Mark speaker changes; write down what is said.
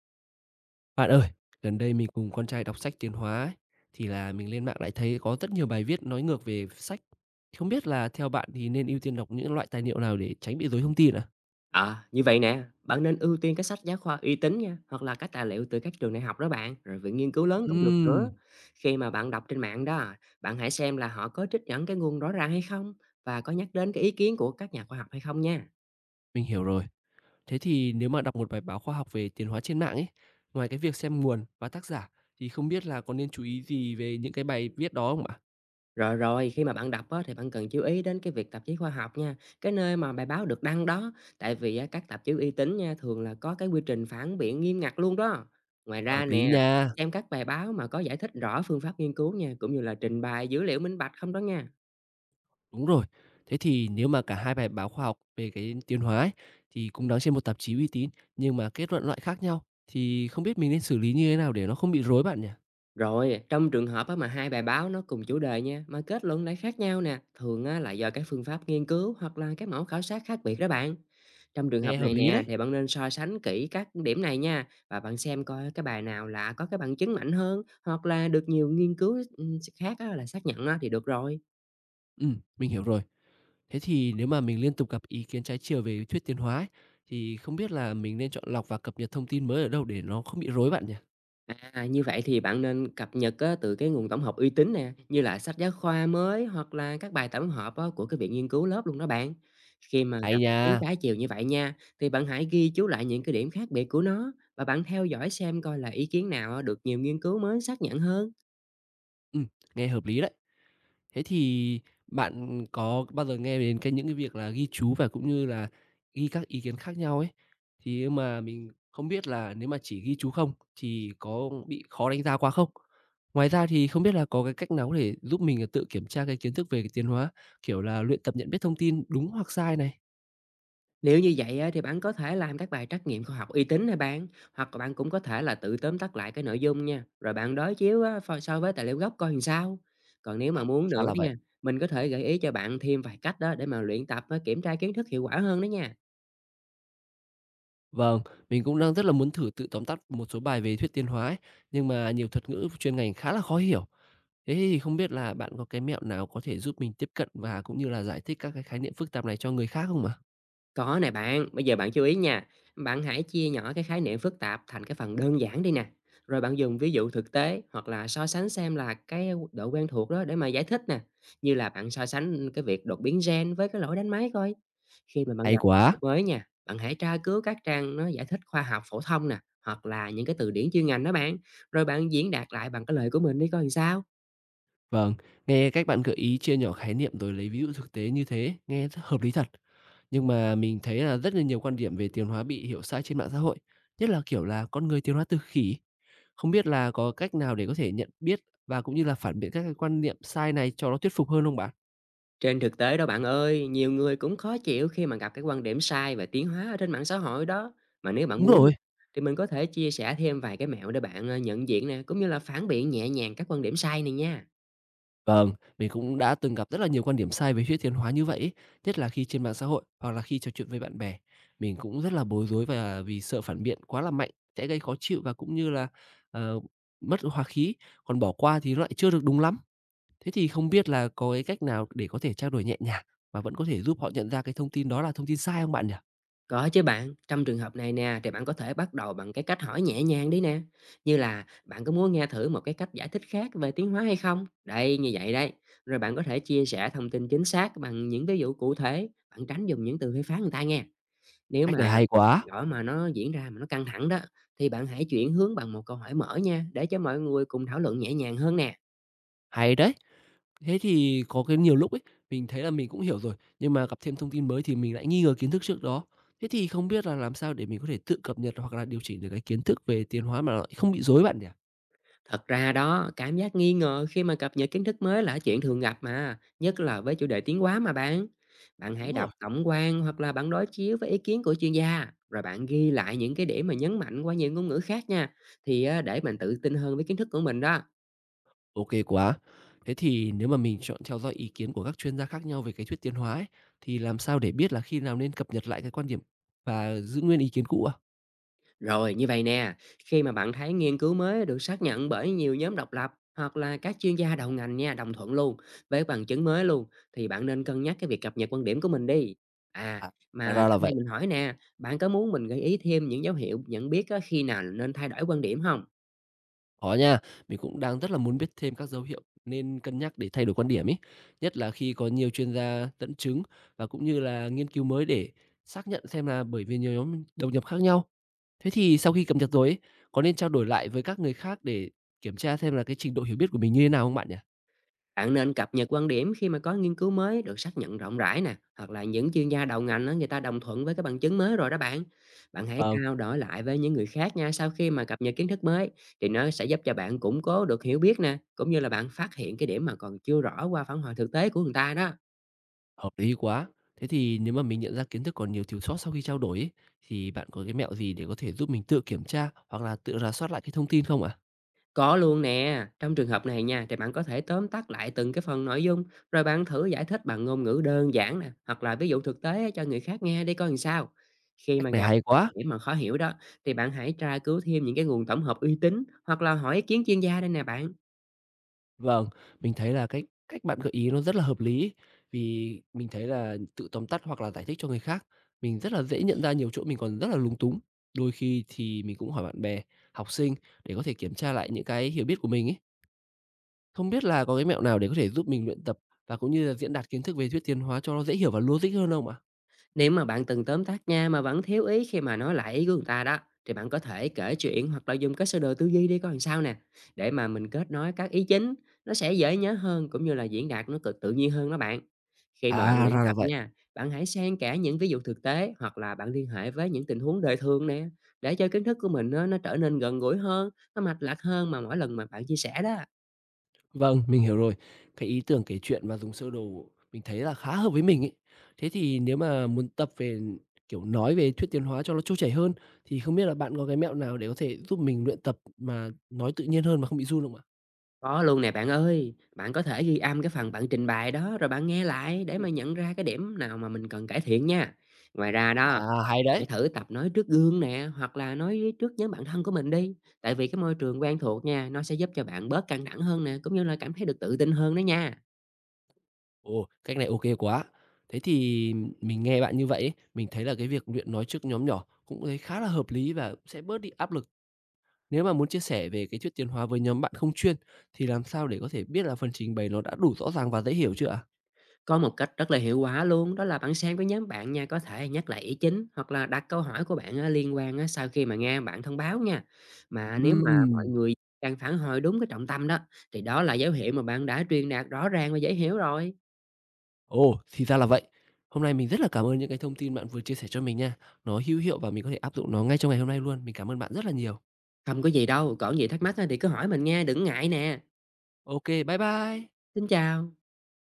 Speaker 1: Bạn ơi, gần đây mình cùng con trai đọc sách tiến hóa ấy, thì là mình lên mạng lại thấy có rất nhiều bài viết nói ngược về sách. Thì không biết là theo bạn thì nên ưu tiên đọc những loại tài liệu nào để tránh bị rối thông tin à?
Speaker 2: À, như vậy nè, bạn nên ưu tiên các sách giáo khoa uy tín nha, hoặc là các tài liệu từ các trường đại học đó bạn, rồi viện nghiên cứu lớn cũng được nữa.
Speaker 1: Ừm,
Speaker 2: Khi mà bạn đọc trên mạng đó, bạn hãy xem là họ có trích dẫn cái nguồn rõ ràng hay không và có nhắc đến cái ý kiến của các nhà khoa học hay không nha.
Speaker 1: mình hiểu rồi. Thế thì nếu mà đọc một bài báo khoa học về tiến hóa trên mạng ấy, ngoài cái việc xem nguồn và tác giả thì không biết là có nên chú ý gì về những cái bài viết đó không ạ?
Speaker 2: Rồi rồi, khi mà bạn đọc á, thì bạn cần chú ý đến cái việc tạp chí khoa học nha, cái nơi mà bài báo được đăng đó, tại vì á, các tạp chí uy tín nha thường là có cái quy trình phản biện nghiêm ngặt luôn đó. Ngoài ra
Speaker 1: Hợp lý
Speaker 2: nè,
Speaker 1: nha.
Speaker 2: xem các bài báo mà có giải thích rõ phương pháp nghiên cứu nha, cũng như là trình bày dữ liệu minh bạch không đó nha.
Speaker 1: Đúng rồi. Thế thì nếu mà cả hai bài báo khoa học về cái tiến hóa ấy, thì cũng đăng trên một tạp chí uy tín nhưng mà kết luận loại khác nhau thì không biết mình nên xử lý như thế nào để nó không bị rối bạn nhỉ?
Speaker 2: Rồi, trong trường hợp á mà hai bài báo nó cùng chủ đề nha, mà kết luận lại khác nhau nè, thường á là do các phương pháp nghiên cứu hoặc là các mẫu khảo sát khác biệt đó bạn. Trong trường hợp
Speaker 1: Nghe hợp
Speaker 2: này
Speaker 1: lý
Speaker 2: nè,
Speaker 1: đấy.
Speaker 2: thì bạn nên so sánh kỹ các điểm này nha, và bạn xem coi cái bài nào là có cái bằng chứng mạnh hơn, hoặc là được nhiều nghiên cứu khác á, là xác nhận á, thì được rồi.
Speaker 1: Mình hiểu rồi. Thế thì nếu mà mình liên tục gặp ý kiến trái chiều về thuyết tiến hóa ấy, thì không biết là mình nên chọn lọc và cập nhật thông tin mới ở đâu để nó không bị rối bạn nhỉ?
Speaker 2: À, như vậy thì bạn nên cập nhật á, từ cái nguồn tổng hợp uy tín nè, như là sách giáo khoa mới hoặc là các bài tổng hợp á, của cái viện nghiên cứu lớp luôn đó bạn. Khi mà gặp
Speaker 1: Hay
Speaker 2: ý kiến
Speaker 1: nha.
Speaker 2: trái chiều như vậy nha, thì bạn hãy ghi chú lại những cái điểm khác biệt của nó và bạn theo dõi xem coi là ý kiến nào á, được nhiều nghiên cứu mới xác nhận hơn.
Speaker 1: Ừm, nghe hợp lý đấy. Thế thì bạn có bao giờ nghe đến cái những cái việc là ghi chú và cũng như là ghi các ý kiến khác nhau ấy, thì mà mình không biết là nếu mà chỉ ghi chú không thì có bị khó đánh giá quá không? Ngoài ra thì không biết là có cái cách nào có thể giúp mình, tự kiểm tra cái kiến thức về cái tiến hóa, kiểu là, luyện tập nhận biết thông tin đúng hoặc sai này?
Speaker 2: Nếu như vậy á, thì bạn có thể làm các bài trắc nghiệm khoa học uy tín nè bạn, hoặc là bạn cũng có thể là tự tóm tắt lại cái nội dung nha, rồi bạn đối chiếu á, so với tài liệu gốc coi làm sao. Còn nếu mà
Speaker 1: À,
Speaker 2: muốn
Speaker 1: ra
Speaker 2: nữa
Speaker 1: là
Speaker 2: đó nha,
Speaker 1: vậy.
Speaker 2: mình có thể gợi ý cho bạn thêm vài cách đó để mà luyện tập á, kiểm tra kiến thức hiệu quả hơn đó nha.
Speaker 1: Vâng, mình cũng đang rất là muốn thử tự tóm tắt một số bài về thuyết tiến hóa ấy, nhưng mà nhiều thuật ngữ chuyên ngành khá là khó hiểu. Thế thì không biết là bạn có cái mẹo nào có thể giúp mình tiếp cận và cũng như là giải thích các cái khái niệm phức tạp này cho người khác không ạ?
Speaker 2: Có nè bạn, bây giờ bạn chú ý nha, bạn hãy chia nhỏ cái khái niệm phức tạp thành cái phần đơn giản đi nè. Rồi bạn dùng ví dụ thực tế hoặc là so sánh xem là cái độ quen thuộc đó để mà giải thích nè. Như là bạn so sánh cái việc đột biến gen với cái lỗi đánh máy coi. Khi mà bạn
Speaker 1: Hay
Speaker 2: gặp từ
Speaker 1: quá.
Speaker 2: mới nha, bạn hãy tra cứu các trang nó giải thích khoa học phổ thông nè, hoặc là những cái từ điển chuyên ngành đó bạn, rồi bạn diễn đạt lại bằng cái lời của mình đi coi làm sao.
Speaker 1: Vâng, nghe cách bạn gợi ý chia nhỏ khái niệm rồi lấy ví dụ thực tế như thế, nghe rất hợp lý thật. Nhưng mà mình thấy là rất là nhiều quan điểm về tiến hóa bị hiểu sai trên mạng xã hội, nhất là kiểu là con người tiến hóa từ khỉ. Không biết là có cách nào để có thể nhận biết và cũng như là phản biện các cái quan niệm sai này cho nó thuyết phục hơn không bạn?
Speaker 2: Trên thực tế đó bạn ơi, nhiều người cũng khó chịu khi mà gặp cái quan điểm sai về tiến hóa ở trên mạng xã hội đó. Mà nếu bạn
Speaker 1: Đúng
Speaker 2: muốn
Speaker 1: rồi.
Speaker 2: thì mình có thể chia sẻ thêm vài cái mẹo để bạn nhận diện nè, cũng như là phản biện nhẹ nhàng các quan điểm sai này nha.
Speaker 1: Vâng, mình cũng đã từng gặp rất là nhiều quan điểm sai về thuyết tiến hóa như vậy ấy, nhất là khi trên mạng xã hội hoặc là khi trò chuyện với bạn bè. Mình cũng rất là bối rối và vì sợ phản biện quá là mạnh sẽ gây khó chịu và cũng như là ờ, mất hòa khí, còn bỏ qua thì nó lại chưa được đúng lắm. Thế thì không biết là có cái cách nào để có thể trao đổi nhẹ nhàng mà vẫn có thể giúp họ nhận ra cái thông tin đó là thông tin sai không bạn nhỉ?
Speaker 2: Có chứ bạn, trong trường hợp này nè thì bạn có thể bắt đầu bằng cái cách hỏi nhẹ nhàng đi nè. Như là bạn có muốn nghe thử một cái cách giải thích khác về tiến hóa hay không? Đây, như vậy đây. Rồi bạn có thể chia sẻ thông tin chính xác bằng những ví dụ cụ thể, bạn tránh dùng những từ phê phán người ta nghe. Nếu
Speaker 1: Cách này
Speaker 2: mà
Speaker 1: hay
Speaker 2: cuộc
Speaker 1: quá,
Speaker 2: gọi mà nó diễn ra mà nó căng thẳng đó, thì bạn hãy chuyển hướng bằng một câu hỏi mở nha, để cho mọi người cùng thảo luận nhẹ nhàng hơn nè.
Speaker 1: hay đấy. Thế thì có cái nhiều lúc ấy, mình thấy là mình cũng hiểu rồi, nhưng mà gặp thêm thông tin mới thì mình lại nghi ngờ kiến thức trước đó. Thế thì không biết là làm sao để mình có thể tự cập nhật hoặc là điều chỉnh được cái kiến thức về tiến hóa mà nó không bị rối bạn nhỉ?
Speaker 2: Thật ra đó, cảm giác nghi ngờ khi mà cập nhật kiến thức mới là chuyện thường gặp mà, nhất là với chủ đề tiếng quá mà bạn. Bạn
Speaker 1: Đúng
Speaker 2: hãy đọc
Speaker 1: rồi.
Speaker 2: tổng quan hoặc là bạn đối chiếu với ý kiến của chuyên gia, rồi bạn ghi lại những cái điểm mà nhấn mạnh qua nhiều ngôn ngữ khác nha, thì để mình tự tin hơn với kiến thức của mình đó.
Speaker 1: OK quá. Thế thì nếu mà mình chọn theo dõi ý kiến của các chuyên gia khác nhau về cái thuyết tiến hóa ấy, thì làm sao để biết là khi nào nên cập nhật lại cái quan điểm và giữ nguyên ý kiến cũ ạ?
Speaker 2: Rồi như vậy nè, khi mà bạn thấy nghiên cứu mới được xác nhận bởi nhiều nhóm độc lập hoặc là các chuyên gia đầu ngành nha, đồng thuận luôn với bằng chứng mới luôn, thì bạn nên cân nhắc cái việc cập nhật quan điểm của mình đi. À
Speaker 1: À,
Speaker 2: mà
Speaker 1: hóa ra là
Speaker 2: hôm nay
Speaker 1: vậy.
Speaker 2: mình hỏi nè, bạn có muốn mình gợi ý thêm những dấu hiệu nhận biết á, khi nào nên thay đổi quan điểm không?
Speaker 1: Có nha, mình cũng đang rất là muốn biết thêm các dấu hiệu nên cân nhắc để thay đổi quan điểm ý, nhất là khi có nhiều chuyên gia dẫn chứng và cũng như là nghiên cứu mới để xác nhận xem là bởi vì nhiều nhóm đồng nhập khác nhau. Thế thì sau khi cập nhật rồi ấy, có nên trao đổi lại với các người khác để kiểm tra xem là cái trình độ hiểu biết của mình như thế nào không bạn nhỉ?
Speaker 2: Bạn nên cập nhật quan điểm khi mà có nghiên cứu mới được xác nhận rộng rãi nè, hoặc là những chuyên gia đầu ngành đó, người ta đồng thuận với cái bằng chứng mới rồi đó bạn. Bạn hãy
Speaker 1: Vâng,
Speaker 2: trao đổi lại với những người khác nha, sau khi mà cập nhật kiến thức mới thì nó sẽ giúp cho bạn củng cố được hiểu biết nè, cũng như là bạn phát hiện cái điểm mà còn chưa rõ qua phản hồi thực tế của người ta đó.
Speaker 1: hợp lý quá. Thế thì nếu mà mình nhận ra kiến thức còn nhiều thiếu sót sau khi trao đổi ấy, thì bạn có cái mẹo gì để có thể giúp mình tự kiểm tra hoặc là tự rà soát lại cái thông tin không ạ?
Speaker 2: Có luôn nè, trong trường hợp này nha thì bạn có thể tóm tắt lại từng cái phần nội dung, rồi bạn thử giải thích bằng ngôn ngữ đơn giản nè, hoặc là ví dụ thực tế cho người khác nghe để coi làm sao. Khi
Speaker 1: Cách
Speaker 2: mà
Speaker 1: này
Speaker 2: gặp
Speaker 1: hay
Speaker 2: cái
Speaker 1: quá.
Speaker 2: điểm mà khó hiểu đó, thì bạn hãy tra cứu thêm những cái nguồn tổng hợp uy tín hoặc là hỏi ý kiến chuyên gia đây nè bạn.
Speaker 1: Vâng, mình thấy là cách cách bạn gợi ý nó rất là hợp lý ấy. Vì mình thấy là tự tóm tắt hoặc là giải thích cho người khác, mình rất là dễ nhận ra nhiều chỗ mình còn rất là lúng túng. Đôi khi thì mình cũng hỏi bạn bè, học sinh để có thể kiểm tra lại những cái hiểu biết của mình ấy. Không biết là có cái mẹo nào để có thể giúp mình luyện tập và cũng như là diễn đạt kiến thức về thuyết tiến hóa cho nó dễ hiểu và logic hơn không ạ?
Speaker 2: Nếu mà bạn từng tóm tắt nha mà vẫn thiếu ý khi mà nói lại ý của người ta đó, thì bạn có thể kể chuyện hoặc là dùng cái sơ đồ tư duy đi coi làm sao nè, để mà mình kết nối các ý chính, nó sẽ dễ nhớ hơn cũng như là diễn đạt nó cực tự nhiên hơn đó bạn. Khi mà bạn
Speaker 1: À,
Speaker 2: luyện
Speaker 1: ra là
Speaker 2: tập
Speaker 1: vậy.
Speaker 2: nha, bạn hãy xen kẽ những ví dụ thực tế hoặc là bạn liên hệ với những tình huống đời thường nè, để cho kiến thức của mình nó trở nên gần gũi hơn, nó mạch lạc hơn mà mỗi lần mà bạn chia sẻ đó.
Speaker 1: Vâng, mình hiểu rồi. Cái ý tưởng kể chuyện và dùng sơ đồ mình thấy là khá hợp với mình ấy. Thế thì nếu mà muốn tập về, kiểu, nói về thuyết tiến hóa cho nó trôi chảy hơn, thì không biết là bạn có cái mẹo nào để có thể giúp mình luyện tập mà nói tự nhiên hơn mà không bị run không ạ?
Speaker 2: Có luôn nè bạn ơi, bạn có thể ghi âm cái phần bạn trình bày đó rồi bạn nghe lại để
Speaker 1: Ừm.
Speaker 2: mà nhận ra cái điểm nào mà mình cần cải thiện nha. Ngoài ra đó,
Speaker 1: À, hay
Speaker 2: hãy
Speaker 1: đấy!
Speaker 2: thử tập nói trước gương nè hoặc là trước nhóm bạn thân của mình đi. Tại vì cái môi trường quen thuộc nha, nó sẽ giúp cho bạn bớt căng thẳng hơn nè, cũng như là cảm thấy được tự tin hơn đó nha.
Speaker 1: Ồ, cách này ok quá! Thế thì mình nghe bạn như vậy ấy, mình thấy là cái việc luyện nói trước nhóm nhỏ cũng thấy khá là hợp lý và sẽ bớt đi áp lực. Nếu mà muốn chia sẻ về cái thuyết tiến hóa với nhóm bạn không chuyên, thì làm sao để có thể biết là phần trình bày nó đã đủ rõ ràng và dễ hiểu chưa ạ?
Speaker 2: Có một cách rất là hiệu quả luôn, đó là bạn xem với nhóm bạn nha, có thể nhắc lại ý chính hoặc là đặt câu hỏi của bạn á, liên quan á, sau khi mà nghe bạn thông báo nha. Mà nếu mà mọi
Speaker 1: Ừm,
Speaker 2: người đang phản hồi đúng cái trọng tâm đó, thì đó là dấu hiệu mà bạn đã truyền đạt rõ ràng và dễ hiểu rồi.
Speaker 1: ồ, thì ra là vậy. Hôm nay mình rất là cảm ơn những cái thông tin bạn vừa chia sẻ cho mình nha. Nó hữu hiệu và mình có thể áp dụng nó ngay trong ngày hôm nay luôn. Mình cảm ơn bạn rất là nhiều.
Speaker 2: Không có gì đâu, còn gì thắc mắc á thì cứ hỏi mình nghe, đừng ngại nè.
Speaker 1: OK, bye bye.
Speaker 2: Xin chào.